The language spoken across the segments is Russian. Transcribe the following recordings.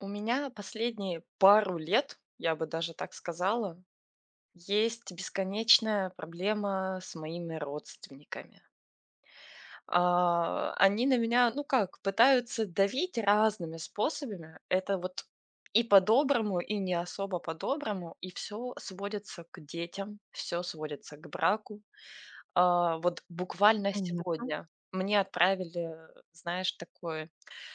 У меня последние пару лет, я бы даже так сказала, есть бесконечная проблема с моими родственниками. А, они на меня, ну как, пытаются давить разными способами. Это вот и по-доброму, и не особо по-доброму, и все сводится к детям, все сводится к браку. А, вот буквально Понятно, сегодня мне отправили, знаешь, такое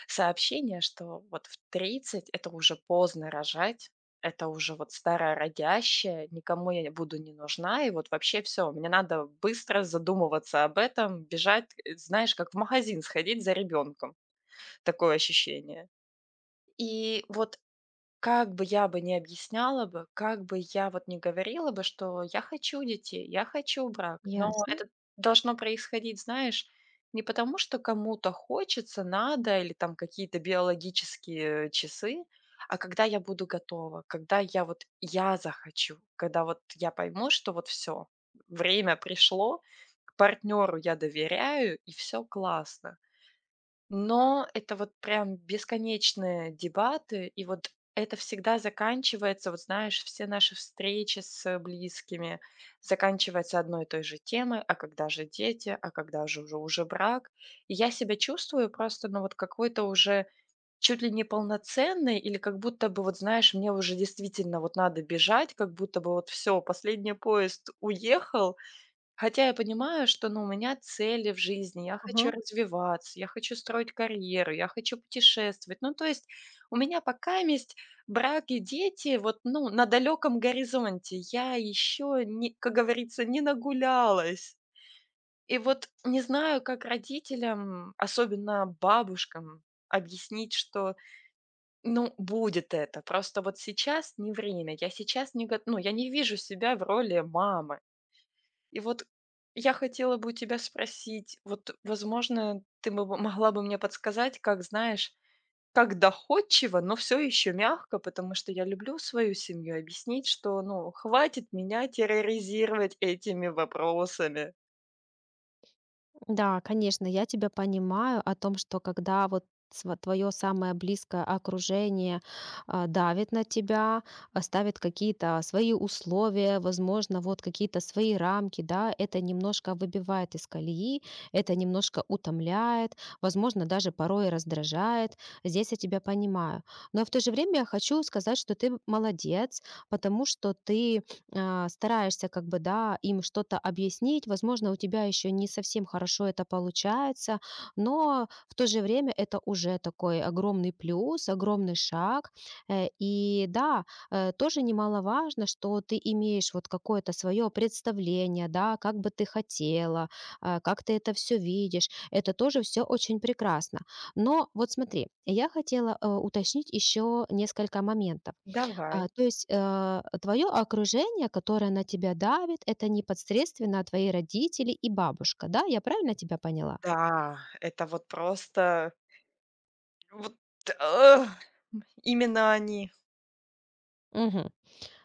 сообщение, что вот в 30 это уже поздно рожать, это уже вот старая родящая, никому я буду не нужна, и вот вообще все, мне надо быстро задумываться об этом, бежать, знаешь, как в магазин сходить за ребенком, такое ощущение. И вот как бы я бы не объясняла бы, как бы я вот не говорила бы, что я хочу детей, я хочу брак, но ясно. это должно происходить, знаешь, не потому, что кому-то хочется, надо или там какие-то биологические часы, а когда я буду готова, когда я захочу, когда вот я пойму, что вот все, время пришло, к партнеру я доверяю и все классно. Но это вот прям бесконечные дебаты, и вот это всегда заканчивается, вот знаешь, все наши встречи с близкими заканчиваются одной и той же темой, а когда же дети, а когда же уже брак. И я себя чувствую просто, ну вот какой-то уже чуть ли не полноценный или как будто бы, вот знаешь, мне уже действительно вот надо бежать, как будто бы вот все, последний поезд уехал, хотя я понимаю, что, ну, у меня цели в жизни, я хочу Мгм. развиваться, я хочу строить карьеру, я хочу путешествовать. Ну, то есть у меня пока есть брак и дети вот, ну, на далеком горизонте. Я еще, не, как говорится, не нагулялась. И вот не знаю, как родителям, особенно бабушкам, объяснить, что, ну, будет это. Просто вот сейчас не время. Я сейчас не, го- ну, я не вижу себя в роли мамы. И вот я хотела бы у тебя спросить, вот, возможно, ты бы могла бы мне подсказать, как, знаешь, как доходчиво, но все еще мягко, потому что я люблю свою семью, объяснить, что, ну, хватит меня терроризировать этими вопросами. Да, конечно, я тебя понимаю о том, что когда вот твое самое близкое окружение давит на тебя, ставит какие-то свои условия, возможно, вот какие-то свои рамки, да, это немножко выбивает из колеи, это немножко утомляет, возможно, даже порой раздражает. Здесь я тебя понимаю. Но в то же время я хочу сказать, что ты молодец, потому что ты стараешься как бы, да, им что-то объяснить. Возможно, у тебя еще не совсем хорошо это получается, но в то же время это уже такой огромный плюс, огромный шаг. И да, тоже немаловажно, что ты имеешь вот какое-то свое представление, да, как бы ты хотела, как ты это все видишь. Это тоже все очень прекрасно. Но вот смотри, я хотела уточнить еще несколько моментов. Давай. То есть, твое окружение, которое на тебя давит, это непосредственно твои родители и бабушка, да? Я правильно тебя поняла? Да, это вот просто вот, а, именно они. Мгм.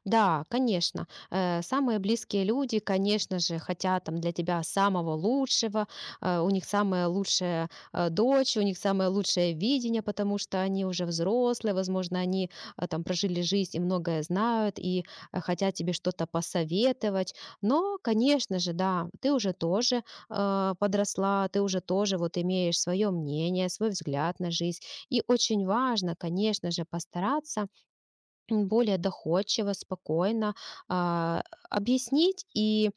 Да, конечно. Самые близкие люди, конечно же, хотят там для тебя самого лучшего. У них самая лучшая дочь, у них самое лучшее видение, потому что они уже взрослые, возможно, они там прожили жизнь и многое знают и хотят тебе что-то посоветовать. Но, конечно же, да, ты уже тоже подросла, ты уже тоже вот имеешь свое мнение, свой взгляд на жизнь. И очень важно, конечно же, постараться более доходчиво, спокойно а, объяснить и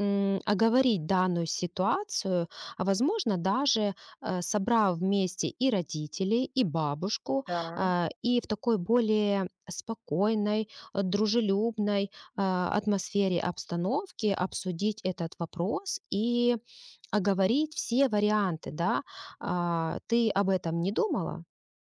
оговорить данную ситуацию, а возможно даже собрав вместе и родителей, и бабушку, Да. И в такой более спокойной, дружелюбной атмосфере обстановки обсудить этот вопрос и оговорить все варианты, да? Ты об этом не думала?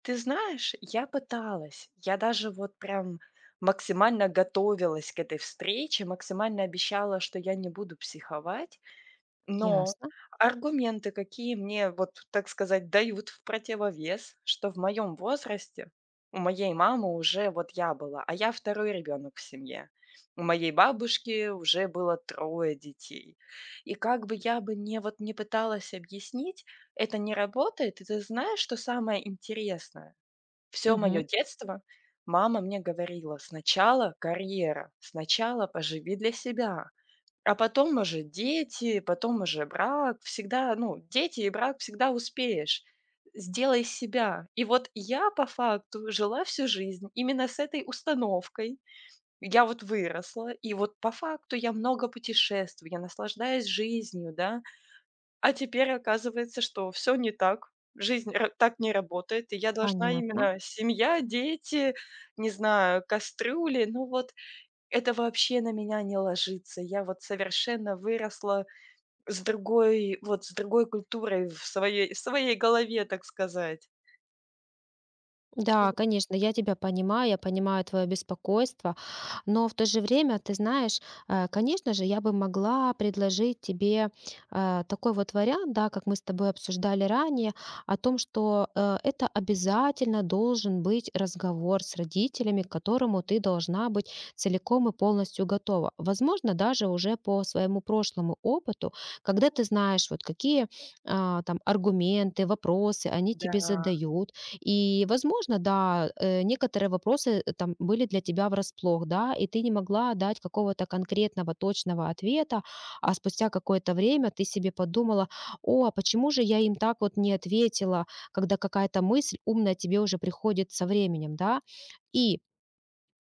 Ты знаешь, я пыталась. Я даже вот прям максимально готовилась к этой встрече, максимально обещала, что я не буду психовать. Но Ясно. аргументы, какие мне, вот так сказать, дают в противовес, что в моем возрасте у моей мамы уже вот я была, а я второй ребенок в семье. У моей бабушки уже было трое детей. И как бы я бы не пыталась объяснить, это не работает. И ты знаешь, что самое интересное? Все мое Мгм. детство мама мне говорила: «Сначала карьера, сначала поживи для себя, а потом уже дети, потом уже брак». Всегда, ну, дети и брак всегда успеешь. Сделай себя. И вот я по факту жила всю жизнь именно с этой установкой. Я вот выросла, и вот по факту я много путешествую, я наслаждаюсь жизнью, да. А теперь оказывается, что все не так, жизнь ра так не работает, и я должна Понятно. именно семья, дети, не знаю, кастрюли. Ну вот это вообще на меня не ложится. Я вот совершенно выросла с другой культурой в своей голове, так сказать. Да, конечно, я тебя понимаю, я понимаю твое беспокойство, но в то же время, ты знаешь, конечно же, я бы могла предложить тебе такой вот вариант, да, как мы с тобой обсуждали ранее, о том, что это обязательно должен быть разговор с родителями, к которому ты должна быть целиком и полностью готова. Возможно, даже уже по своему прошлому опыту, когда ты знаешь, вот какие там аргументы, вопросы они Да, тебе задают, и, возможно, да, некоторые вопросы там были для тебя врасплох, да, и ты не могла дать какого-то конкретного, точного ответа, а спустя какое-то время ты себе подумала, о, а почему же я им так вот не ответила, когда какая-то мысль умная тебе уже приходит со временем, да, и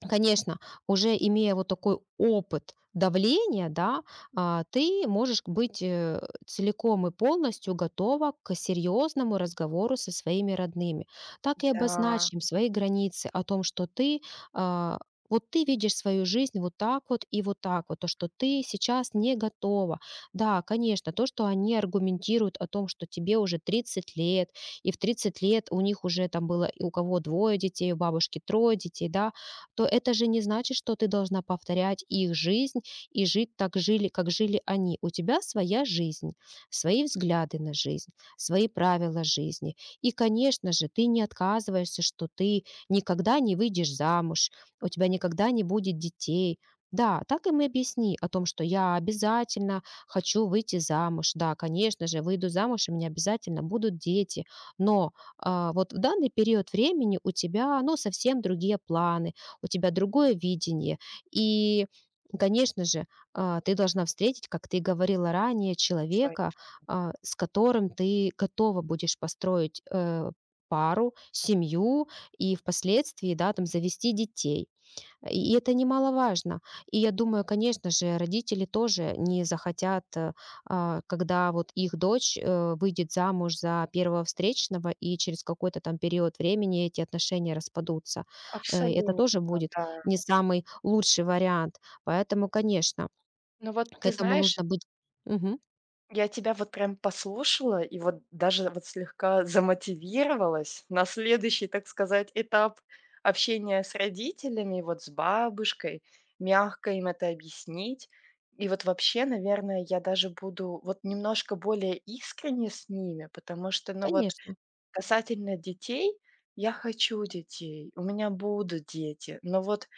Конечно, уже имея вот такой опыт давления, да, ты можешь быть целиком и полностью готова к серьезному разговору со своими родными. Так и да, обозначим свои границы о том, что ты а, вот ты видишь свою жизнь вот так вот и вот так вот, то, что ты сейчас не готова. Да, конечно, то, что они аргументируют о том, что тебе уже 30 лет, и в 30 лет у них уже там было и у кого двое детей, у бабушки трое детей, да, то это же не значит, что ты должна повторять их жизнь и жить так жили, как жили они. У тебя своя жизнь, свои взгляды на жизнь, свои правила жизни. И, конечно же, ты не отказываешься, что ты никогда не выйдешь замуж, у тебя никогда не будет детей. Да, так им и объясни о том, что я обязательно хочу выйти замуж. Да, конечно же, выйду замуж, и у меня обязательно будут дети. Но вот в данный период времени у тебя, ну, совсем другие планы у тебя другое видение. И, конечно же, ты должна встретить, как ты говорила ранее, свой человека, с которым ты готова будешь построить пару, семью и впоследствии, да, там завести детей. И это немаловажно. И я думаю, конечно же, родители тоже не захотят, когда вот их дочь, выйдет замуж за первого встречного, и через какой-то там период времени эти отношения распадутся. Это абсолютно, тоже будет да. не самый лучший вариант. Поэтому, конечно, Но вот к ты этому знаешь. нужно быть Мгм. Я тебя вот прям послушала и вот даже вот слегка замотивировалась на следующий, так сказать, этап общения с родителями, вот с бабушкой, мягко им это объяснить. И вот вообще, наверное, я даже буду вот немножко более искренне с ними, потому что, ну вот, Конечно, касательно детей, я хочу детей, у меня будут дети. Но вот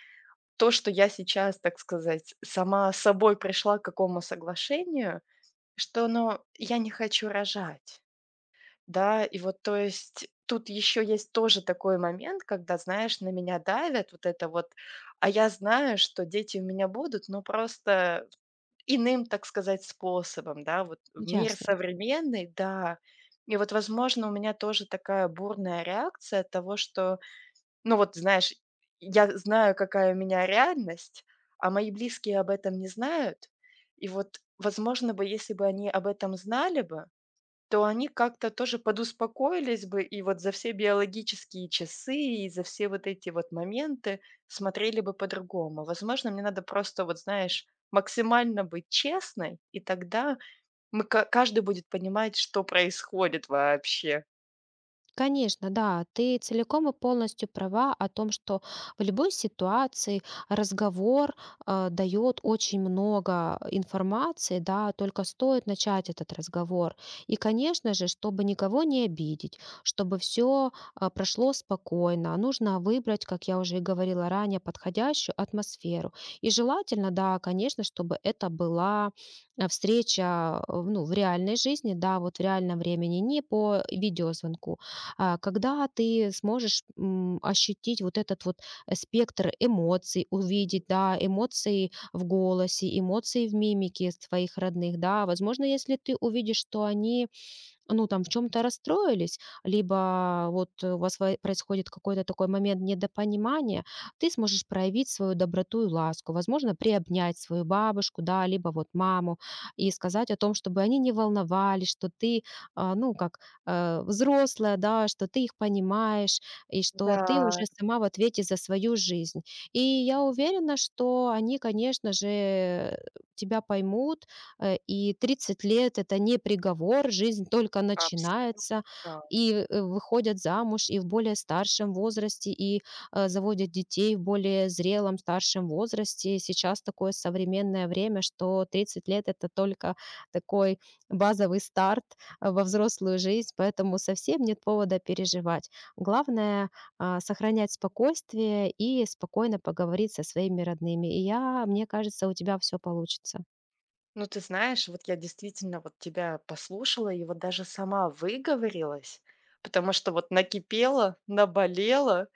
то, что я сейчас, так сказать, сама с собой пришла к какому соглашению, что, но я не хочу рожать. Да, и вот, то есть, тут еще есть тоже такой момент, когда, знаешь, на меня давят вот это вот, а я знаю, что дети у меня будут, но просто иным, так сказать, способом, да, вот мир ясно. современный, да. И вот, возможно, у меня тоже такая бурная реакция от того, что ну вот, знаешь, я знаю, какая у меня реальность, а мои близкие об этом не знают. И вот, возможно бы, если бы они об этом знали бы, то они как-то тоже подуспокоились бы и вот за все биологические часы, и за все вот эти вот моменты смотрели бы по-другому. Возможно, мне надо просто, вот знаешь, максимально быть честной, и тогда мы ка каждый будет понимать, что происходит вообще. Конечно, да, ты целиком и полностью права о том, что в любой ситуации разговор дает очень много информации, да, только стоит начать этот разговор. И, конечно же, чтобы никого не обидеть, чтобы все прошло спокойно, нужно выбрать, как я уже и говорила ранее, подходящую атмосферу. И желательно, да, конечно, чтобы это была встреча ну, в реальной жизни, да, вот в реальном времени, не по видеозвонку когда ты сможешь ощутить вот этот вот спектр эмоций, увидеть, да, эмоции в голосе, эмоции в мимике с твоих родных, да, возможно, если ты увидишь, что они ну, там в чем то расстроились, либо вот у вас вай происходит какой-то такой момент недопонимания, ты сможешь проявить свою доброту и ласку, возможно, приобнять свою бабушку, да, либо вот маму, и сказать о том, чтобы они не волновались, что ты, ну, как, взрослая, да, что ты их понимаешь и Да, что ты уже сама в ответе за свою жизнь. И я уверена, что они, конечно же, тебя поймут и 30 лет - это не приговор, жизнь только начинается. абсолютно. И, выходят замуж и в более старшем возрасте, и, заводят детей в более зрелом, старшем возрасте. Сейчас такое современное время, что 30 лет - это только такой базовый старт, во взрослую жизнь, поэтому совсем нет повода переживать. Главное, сохранять спокойствие и спокойно поговорить со своими родными. И я мне кажется, у тебя все получится. Ну, ты знаешь, вот я действительно вот тебя послушала и вот даже сама выговорилась, потому что вот накипела, наболела,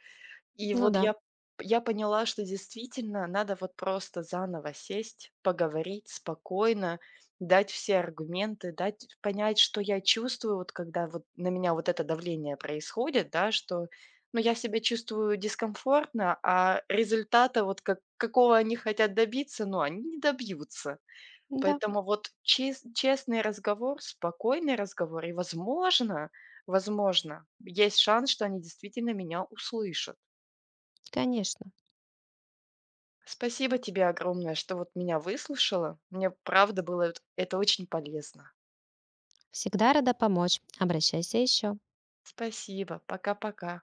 и Ну вот да. я поняла, что действительно надо вот просто заново сесть, поговорить спокойно, дать все аргументы, дать понять, что я чувствую, вот когда вот на меня вот это давление происходит, да, что, ну, я себя чувствую дискомфортно, а результата вот как, какого они хотят добиться, ну, они не добьются. Да, Поэтому вот честный разговор, спокойный разговор, и, возможно, есть шанс, что они действительно меня услышат. конечно. Спасибо тебе огромное, что вот меня выслушала. Мне правда было эт это очень полезно. Всегда рада помочь. Обращайся еще. Спасибо. Пока-пока.